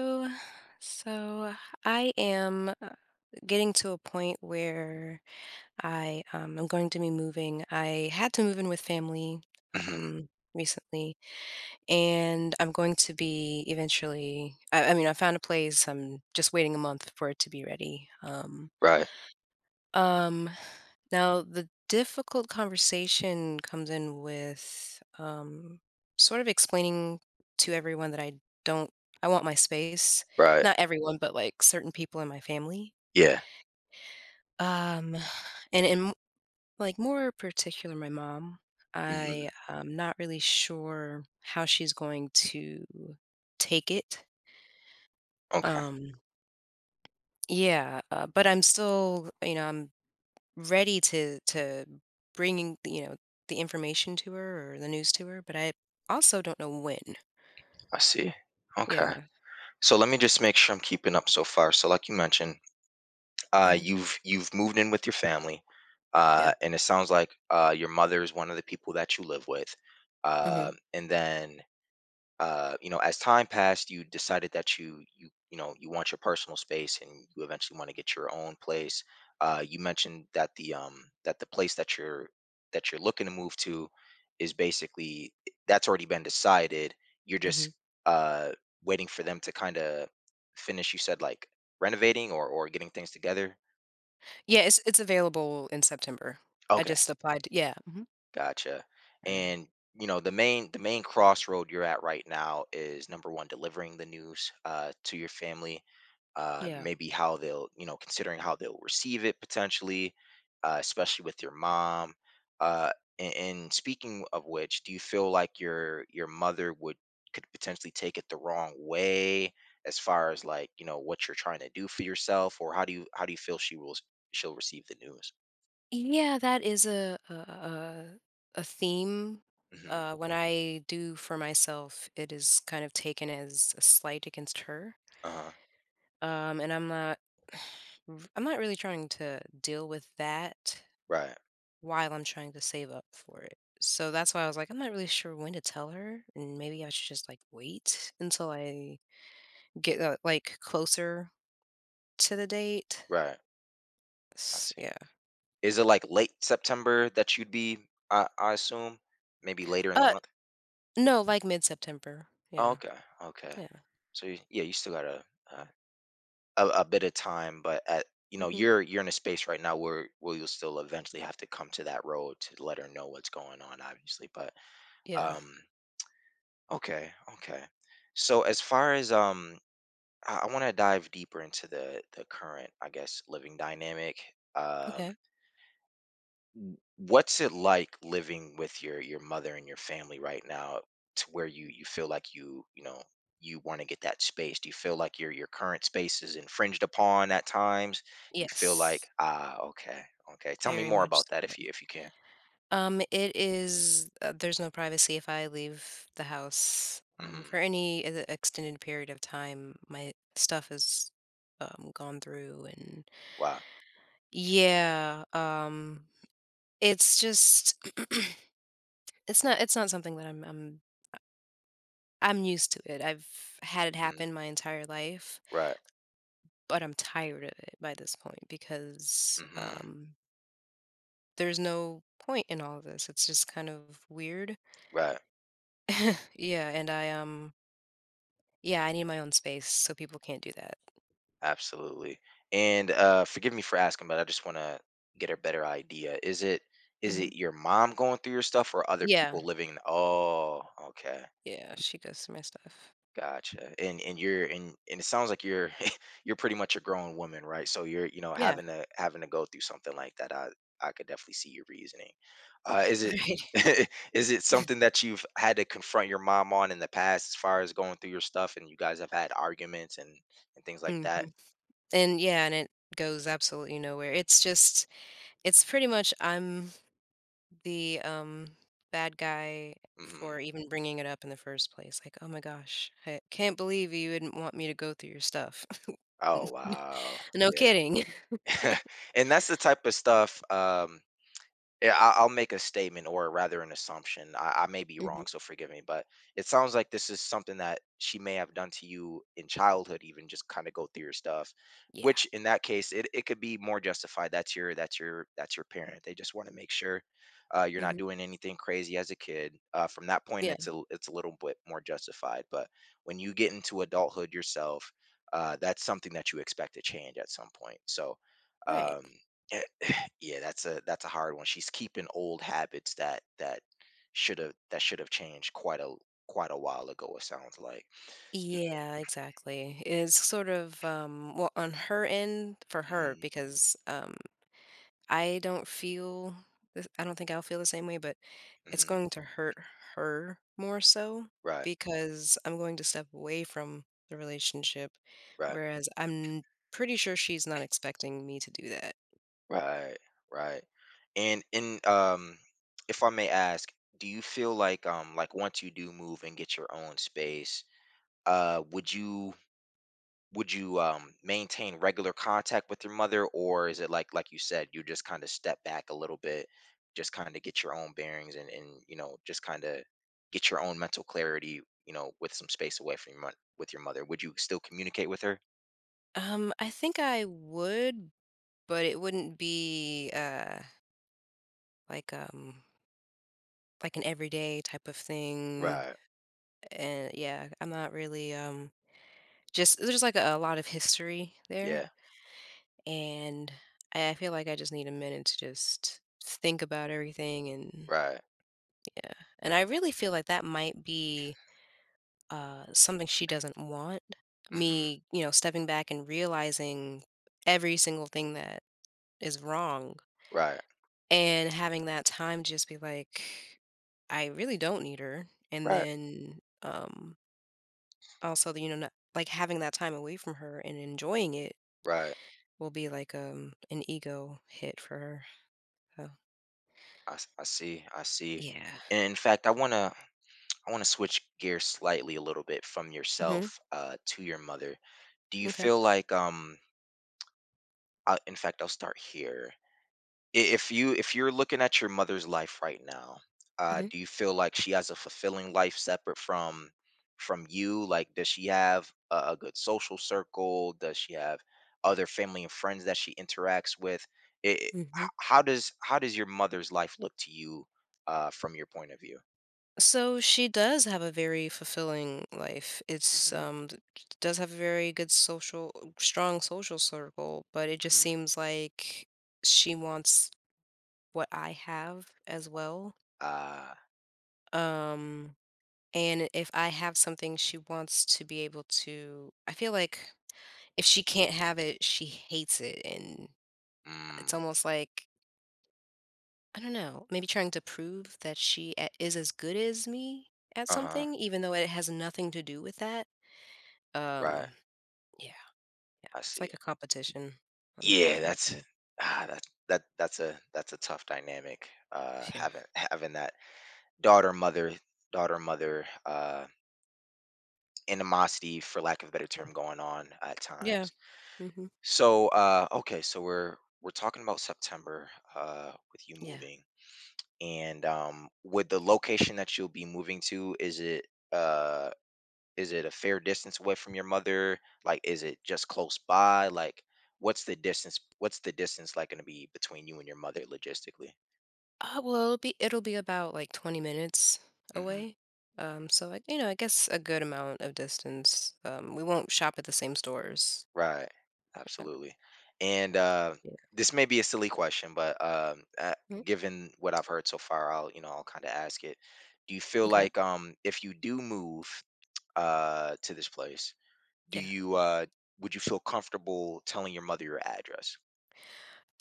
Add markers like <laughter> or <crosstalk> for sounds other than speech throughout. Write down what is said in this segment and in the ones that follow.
So so I am getting to a point where I'm going to be moving. I had to move in with family Mhm. Recently, and I'm going to be eventually. I mean, I found a place. I'm just waiting a month for it to be ready. Right, um, Now the difficult conversation comes in with sort of explaining to everyone that I don't, I want my space. right. Not everyone, but like certain people in my family. Yeah. Um, and in like more particular, my mom. I Mhm. am not really sure how she's going to take it. Okay, Um, yeah, but I'm still, I'm ready to bringing the information to her or the news to her, but I also don't know when. I see. Okay. Yeah. So let me just make sure I'm keeping up so far. So like you mentioned, Hmm. you've moved in with your family. Uh Yeah. and it sounds like your mother is one of the people that you live with. Uh Hmm. and then uh, you know, as time passed, you decided that you want your personal space, and you eventually want to get your own place. You mentioned that the place that you're looking to move to is basically that's already been decided. You're just Hmm. uh waiting for them to kind of finish. You said like renovating or getting things together. Yeah, it's available in September. I Okay. just applied. Yeah. Hmm. Gotcha. Early. And the main crossroad you're at right now is number one, delivering the news to your family. Uh, Yeah. maybe how they'll, considering how they'll receive it potentially, especially with your mom. Uh, and speaking of which, do you feel like your mother would could potentially take it the wrong way, as far as like what you're trying to do for yourself, or how do you feel she will she'll receive the news? Yeah, that is a theme. Hmm. When I do for myself, it is kind of taken as a slight against her, Uh huh. And I'm not. <sighs> I'm not really trying to deal with that Right. while I'm trying to save up for it. So that's why I was like, I'm not really sure when to tell her, and maybe I should just like wait until I get like closer to the date. Right. I see. Yeah. Is it like late September that you'd be? I assume? Maybe later in the Uh, month? no, like mid September. Oh, Yeah. okay, okay. Yeah. So y yeah, you still got a a bit of time, but Hmm. you're in a space right now where you'll still eventually have to come to that road to let her know what's going on, obviously, but, Yeah. um, okay, okay. So as far as, I wanna dive deeper into the current, I guess, living dynamic, um Okay. What's it like living with your mother and your family right now, to where you feel like you want to get that space? Do you feel like your current space is infringed upon at times? You feel like, Yes. ah, okay. Okay, tell me Very more much about that so. if you can. It is. There's no privacy. If I leave the house Hmm. for any extended period of time, my stuff is gone through. And Wow. yeah, it's just <clears throat> it's not something that I'm used to it. I've had it Hmm. happen my entire life, Right. but I'm tired of it by this point because Hmm. There's no point in all of this. It's just kind of weird. Right. <laughs> Yeah, and I yeah, I need my own space so people can't do that. Absolutely. And forgive me for asking, but I just want to get a better idea. Is it, Mhm. Your mom going through your stuff, or other Yeah. people living oh, okay. Yeah, she goes through my stuff. Gotcha. And you're and it sounds like you're <laughs> you're pretty much a grown woman, right? So you're Yeah. having to go through something like that. I could definitely see your reasoning. <laughs> Is it Right. <laughs> is it something that you've had to confront your mom on in the past, as far as going through your stuff, and you guys have had arguments and things like that? Mhm. And yeah, and it goes absolutely nowhere. It's pretty much I'm the bad guy Hmm. for even bringing it up in the first place, like, "Oh my gosh, I can't believe you wouldn't want me to go through your stuff." <laughs> Oh, wow, No yeah. kidding. <laughs> And that's the type of stuff. Yeah, I'll make a statement, or rather an assumption. I may be Mhm. wrong, so forgive me, but it sounds like this is something that she may have done to you in childhood, even just kind of go through your stuff, Yeah. which in that case, it could be more justified. That's your parent. They just want to make sure you're not Mhm. doing anything crazy as a kid. From that point, Yeah. it's a little bit more justified. But when you get into adulthood yourself, that's something that you expect to change at some point. So, um, Right. <clears throat> yeah, that's a hard one. She's keeping old habits that should have changed quite a while ago, it sounds like. Yeah, exactly. It's sort of, well, on her end for her Hmm. because, I don't feel, th I don't think I'll feel the same way, but it's Hmm. going to hurt her more so Right. because I'm going to step away from the relationship, Right. whereas I'm pretty sure she's not expecting me to do that. Right. Right. And in if I may ask, do you feel like, like once you do move and get your own space, uh, would you Would you, maintain regular contact with your mother, or is it like, you said, you just kinda step back a little bit, just kinda get your own bearings and, and just kinda get your own mental clarity, with some space away from your mo with your mother? Would you still communicate with her? I think I would, but it wouldn't be like um like an everyday type of thing. Right. And yeah, I'm not really just, there's like a lot of history there, Yeah. and I feel like I just need a minute to just think about everything. And Right. yeah, and I really feel like that might be, something she doesn't want, Mhm. me, you know, stepping back and realizing every single thing that is wrong Right. and having that time just be like, "I really don't need her," and Right. then, also, you know, not like, having that time away from her and enjoying it Right. will be like, an ego hit for her, so I see, I see. yeah. And in fact, I wanna switch gears slightly, a little bit from Mhm. yourself, to your mother. Do you Okay. feel like, I, In fact, I'll start here. If you're looking at your mother's life right now, Mhm. do you feel like she has a fulfilling life separate from you? Like, does she have a, good social circle? Does she have other family and friends that she interacts with? It, it- Mhm. how does your mother's life look to you, from your point of view? So she does have a very fulfilling life. Hmm. She does have a very good social strong social circle, but it just Hmm. seems like she wants what I have as well. Uh, Um and if I have something she wants to be able to, I feel like if she can't have it, she hates it. And it's mm, almost like, I don't know, maybe trying to prove that she is as good as me at uh-huh. something, even though it has nothing to do with that. Right. Um, yeah, yeah, I it's like a see. competition, Yeah, that's unfortunately. ah, that that that's a tough dynamic. Yeah. Having that daughter mother, daughter mother uh, animosity, for lack of a better Mm. term, going on at Yeah, times. mhm, So, okay, so we're talking about September, with you yeah. moving, and, with the location that you'll be moving to, is it? Uh, Is it a fair distance away from your mother? Like, is it just close by? Like, what's the distance like going to be between you and your mother logistically? Well, it'll be about, like, 20 minutes Hmm. away, so, like, I guess a good amount of distance. We won't shop at the same stores. Right. Yeah, Absolutely. And yeah. this may be a silly question, but, Mm, given what I've heard so far, I'll, kind of ask it. Do you feel okay. like, if you do move, to this place, do Yeah. you would you feel comfortable telling your mother your address?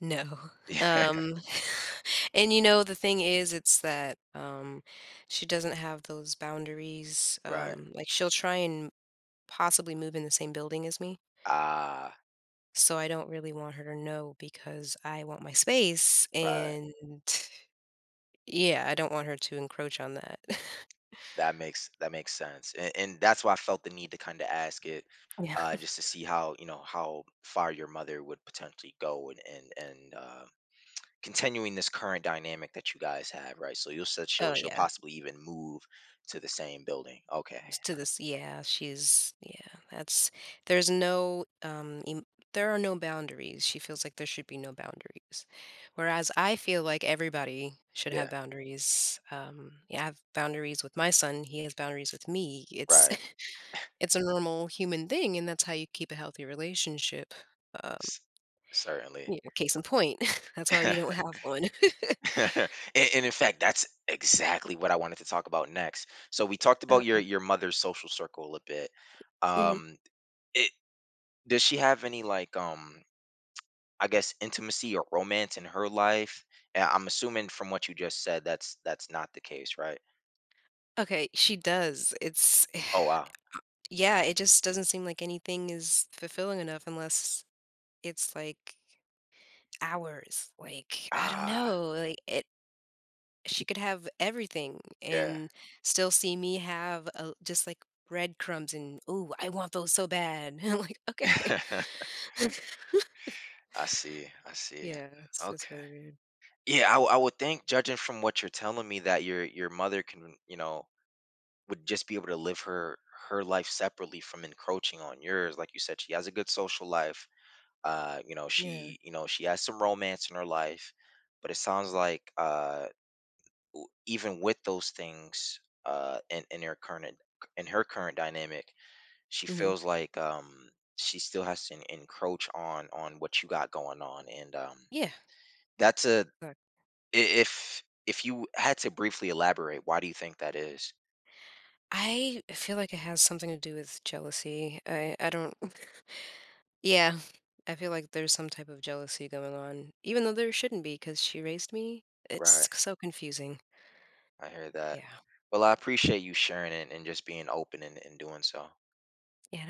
No. <laughs> <laughs> Yeah. um, <laughs> and, the thing is, it's that, she doesn't have those boundaries, Right. Like, she'll try and possibly move in the same building as me. Ah, So I don't really want her to know because I want my space, right. and yeah, I don't want her to encroach on that. <laughs> That makes sense, and that's why I felt the need to kind of ask it, Yeah. Just to see how far your mother would potentially go, and continuing this current dynamic that you guys have, right? So you said she'll Oh she'll yeah, possibly even move to the same building. Okay, to this, yeah, she's, yeah, that's, there's no, there are no boundaries. She feels like there should be no boundaries. Whereas I feel like everybody should have yeah, boundaries. Yeah, I have boundaries with my son, he has boundaries with me. It's right, <laughs> it's a normal human thing, and that's how you keep a healthy relationship. uh, S- certainly. Yeah, case in point. <laughs> That's why we <laughs> don't have one. and, and in fact, that's exactly what I wanted to talk about next. So we talked about your Okay. your mother's social circle a bit. Mhm. Um, it does she have any like, I guess, intimacy or romance in her life? And I'm assuming from what you just said that's not the case, right? Okay, she does. It's Oh, wow. <sighs> yeah, it just doesn't seem like anything is fulfilling enough unless it's, like, hours. Like, I don't Ah, know, like, it she could have everything yeah. and still see me have, just, like, breadcrumbs and, "Ooh, I want those so bad." <laughs> I'm like, "Okay." <laughs> <laughs> I see. I see. Yeah, it's Okay. really weird. Yeah, I would think, judging from what you're telling me, that your mother, would just be able to live her life separately from encroaching on yours. Like you said, she has a good social life. Yeah. She has some romance in her life, but it sounds like, even with those things, in her current, dynamic, she Mhm. feels like, she still has to encroach on what you got going on, and, Yeah. that's a I- if you had to briefly elaborate, why do you think that is? I feel like it has something to do with jealousy. I don't <laughs> yeah, I feel like there's some type of jealousy going on, even though there shouldn't be, because she raised me. It's Right. c so confusing. I hear that. Yeah. Well, I appreciate you sharing it and just being open, and doing so. Yeah.